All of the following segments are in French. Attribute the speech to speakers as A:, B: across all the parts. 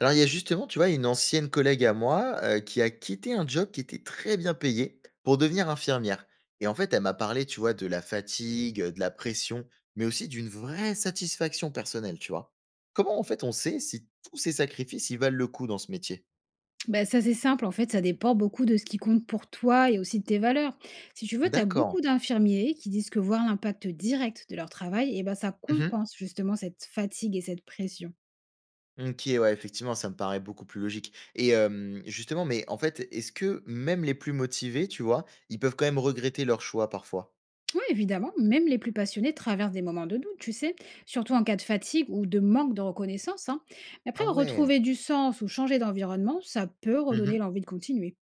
A: Alors, il y a justement, tu vois, une ancienne collègue à moi, qui a quitté un job qui était très bien payé pour devenir infirmière et en fait, elle m'a parlé, tu vois, de la fatigue, de la pression, mais aussi d'une vraie satisfaction personnelle, tu vois? Comment, en fait, on sait si tous ces sacrifices, ils valent le coup dans ce métier?
B: Bah, ça, c'est simple. En fait, ça dépend beaucoup de ce qui compte pour toi et aussi de tes valeurs. Si tu veux, tu as
A: D'accord.
B: beaucoup d'infirmiers qui disent que voir l'impact direct de leur travail, et ben, ça
A: Mmh.
B: compense justement cette fatigue et cette pression.
A: OK, ouais, effectivement, ça me paraît beaucoup plus logique et justement, mais en fait, est-ce que même les plus motivés, tu vois, ils peuvent quand même regretter leur choix parfois?
B: Oui, évidemment, même les plus passionnés traversent des moments de doute, tu sais, surtout en cas de fatigue ou de manque de reconnaissance, hein. Mais après,
A: Ah ouais.
B: retrouver du sens ou changer d'environnement, ça peut redonner
A: Mmh.
B: l'envie de continuer.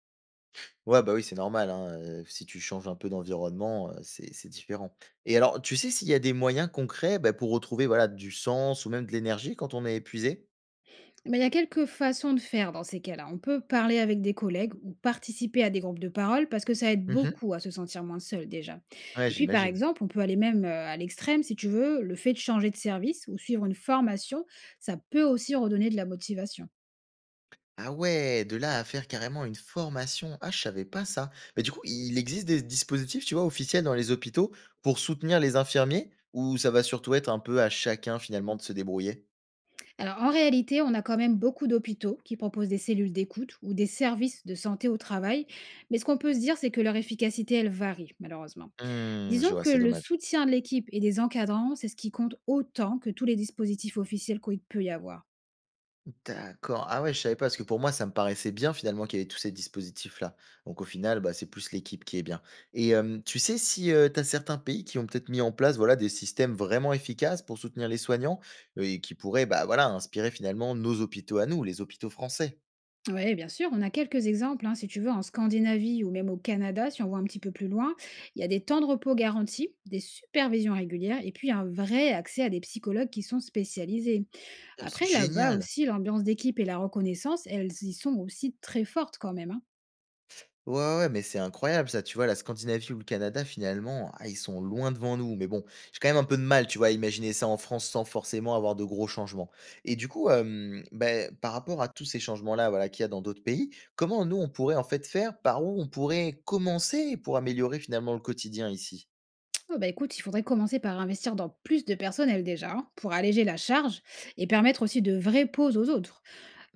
A: Ouais, bah, oui, c'est normal, hein, si tu changes un peu d'environnement, c'est différent et alors, tu sais s'il y a des moyens concrets, bah, pour retrouver, voilà, du sens ou même de l'énergie quand on est épuisé?
B: Bah, il y a quelques façons de faire dans ces cas-là. On peut parler avec des collègues ou participer à des groupes de parole parce que ça aide
A: Mmh.
B: beaucoup à se sentir moins seul déjà.
A: Ouais,
B: Et puis par
A: j'imagine.
B: exemple, on peut aller même à l'extrême si tu veux, le fait de changer de service ou suivre une formation, ça peut aussi redonner de la motivation.
A: Ah ouais, de là à faire carrément une formation. Ah, je savais pas ça. Mais du coup, il existe des dispositifs, tu vois, officiels dans les hôpitaux pour soutenir les infirmiers ou ça va surtout être un peu à chacun finalement de se débrouiller?
B: Alors en réalité, on a quand même beaucoup d'hôpitaux qui proposent des cellules d'écoute ou des services de santé au travail, mais ce qu'on peut se dire c'est que leur efficacité elle varie malheureusement.
A: Mmh, je
B: Disons
A: vois,
B: que
A: c'est
B: le
A: dommage.
B: soutien de l'équipe et des encadrants, c'est ce qui compte autant que tous les dispositifs officiels qu'il peut y avoir.
A: D'accord. Ah ouais, je savais pas, parce que pour moi, ça me paraissait bien finalement qu'il y avait tous ces dispositifs-là. Donc au final, bah, c'est plus l'équipe qui est bien. Et tu sais si tu as certains pays qui ont peut-être mis en place voilà, des systèmes vraiment efficaces pour soutenir les soignants, et qui pourraient bah, voilà, inspirer finalement nos hôpitaux à nous, les hôpitaux français.
B: Oui, bien sûr, on a quelques exemples, hein. Si tu veux, en Scandinavie ou même au Canada, si on voit un petit peu plus loin, il y a des temps de repos garantis, des supervisions régulières et puis un vrai accès à des psychologues qui sont spécialisés.
A: Ah, mais c'est
B: Après, là-bas
A: génial.
B: aussi, l'ambiance d'équipe et la reconnaissance, elles y sont aussi très fortes quand même, hein.
A: Ouais, ouais, ouais, mais c'est incroyable ça, tu vois? La Scandinavie ou le Canada finalement, ah, ils sont loin devant nous, mais bon, j'ai quand même un peu de mal, tu vois, à imaginer ça en France sans forcément avoir de gros changements. Et du coup, beh, par rapport à tous ces changements-là, voilà, qu'il y a dans d'autres pays, comment nous on pourrait en fait faire? Par où on pourrait commencer pour améliorer finalement le quotidien ici?
B: Oh, bah écoute, il faudrait commencer par investir dans plus de personnel déjà, hein, pour alléger la charge et permettre aussi de vraies pauses aux autres.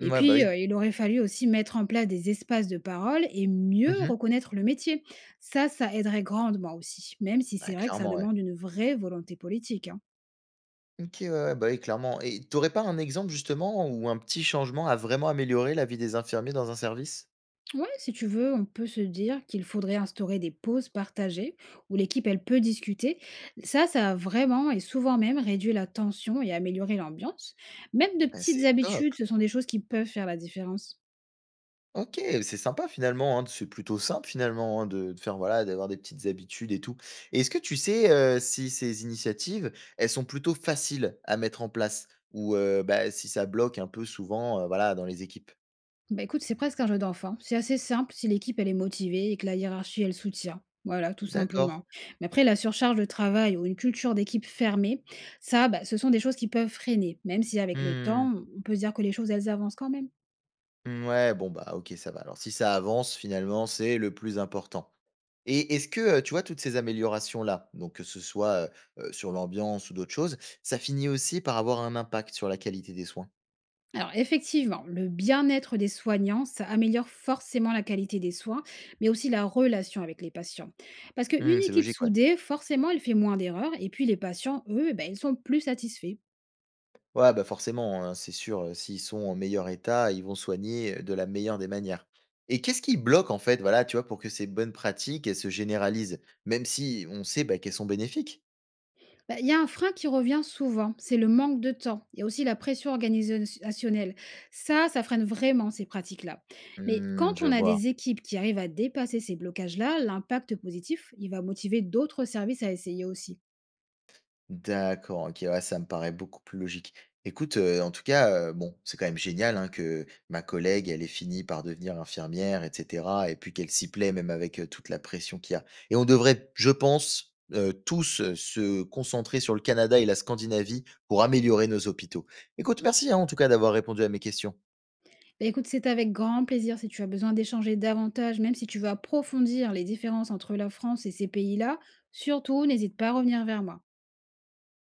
B: Et
A: bah,
B: puis,
A: oui.
B: il aurait fallu aussi mettre en place des espaces de parole et mieux
A: Mmh mh.
B: reconnaître le métier. Ça aiderait grandement aussi, même si
A: Ah,
B: c'est vrai que ça
A: clairement, ouais.
B: demande une vraie volonté politique, hein.
A: OK, ouais, ouais, bah, oui, clairement et t'aurais pas un exemple justement où un petit changement a vraiment amélioré la vie des infirmiers dans un service?
B: Ouais, si tu veux, on peut se dire qu'il faudrait instaurer des pauses partagées où l'équipe, elle peut discuter. Ça a vraiment et souvent même réduit la tension et amélioré l'ambiance. Même de
A: Bah,
B: petites
A: c'est
B: habitudes,
A: top!
B: ce sont des choses qui peuvent faire la différence.
A: OK, c'est sympa finalement, hein, c'est plutôt simple finalement, hein, de faire voilà, d'avoir des petites habitudes et tout. Et est-ce que tu sais, si ces initiatives, elles sont plutôt faciles à mettre en place? Ou, bah, si ça bloque un peu souvent, voilà, dans les équipes?
B: Bah, écoute, c'est presque un jeu d'enfant. C'est assez simple si l'équipe elle est motivée et que la hiérarchie elle soutient. Voilà, tout
A: D'accord.
B: simplement. Mais après, la surcharge de travail ou une culture d'équipe fermée, ça, bah, ce sont des choses qui peuvent freiner, même si avec le
A: Mmh.
B: temps, on peut se dire que les choses, elles avancent quand même.
A: Mmh, ouais, bon, bah, OK, ça va. Alors si ça avance finalement, c'est le plus important. Et est-ce que, tu vois, toutes ces améliorations-là, donc que ce soit, sur l'ambiance ou d'autres choses, ça finit aussi par avoir un impact sur la qualité des soins?
B: Alors, effectivement, le bien-être des soignants, ça améliore forcément la qualité des soins, mais aussi la relation avec les patients. Parce
A: Mmh,
B: qu'une
A: c'est
B: équipe
A: logique, ouais.
B: soudée, forcément, elle fait moins d'erreurs, et puis les patients, eux, bah, ils sont plus satisfaits.
A: Ouais, bah, forcément, hein, c'est sûr, s'ils sont en meilleur état, ils vont soigner, de la meilleure des manières. Et qu'est-ce qui bloque en fait, voilà, tu vois, pour que ces bonnes pratiques, elles se généralisent? Même si on sait, bah, qu'elles sont bénéfiques?
B: Bah, il y a un frein qui revient souvent, c'est le manque de temps. Il y a aussi la pression organisationnelle. Ça freine vraiment ces pratiques-là. Mais
A: Mmh,
B: quand
A: je
B: on a
A: vois.
B: des équipes qui arrivent à dépasser ces blocages-là, l'impact positif, il va motiver d'autres services à essayer aussi.
A: D'accord, OK, ouais, ça me paraît beaucoup plus logique. Écoute, en tout cas, bon, c'est quand même génial, hein, que ma collègue, elle ait fini par devenir infirmière et cetera et puis qu'elle s'y plaît même avec, toute la pression qu'il y a et on devrait, je pense, tous, se concentrer sur le Canada et la Scandinavie pour améliorer nos hôpitaux. Écoute, merci, hein, en tout cas d'avoir répondu à mes questions.
B: Bah, écoute, c'est avec grand plaisir si tu as besoin d'échanger davantage, même si tu veux approfondir les différences entre la France et ces pays-là. Surtout, n'hésite pas à revenir vers moi.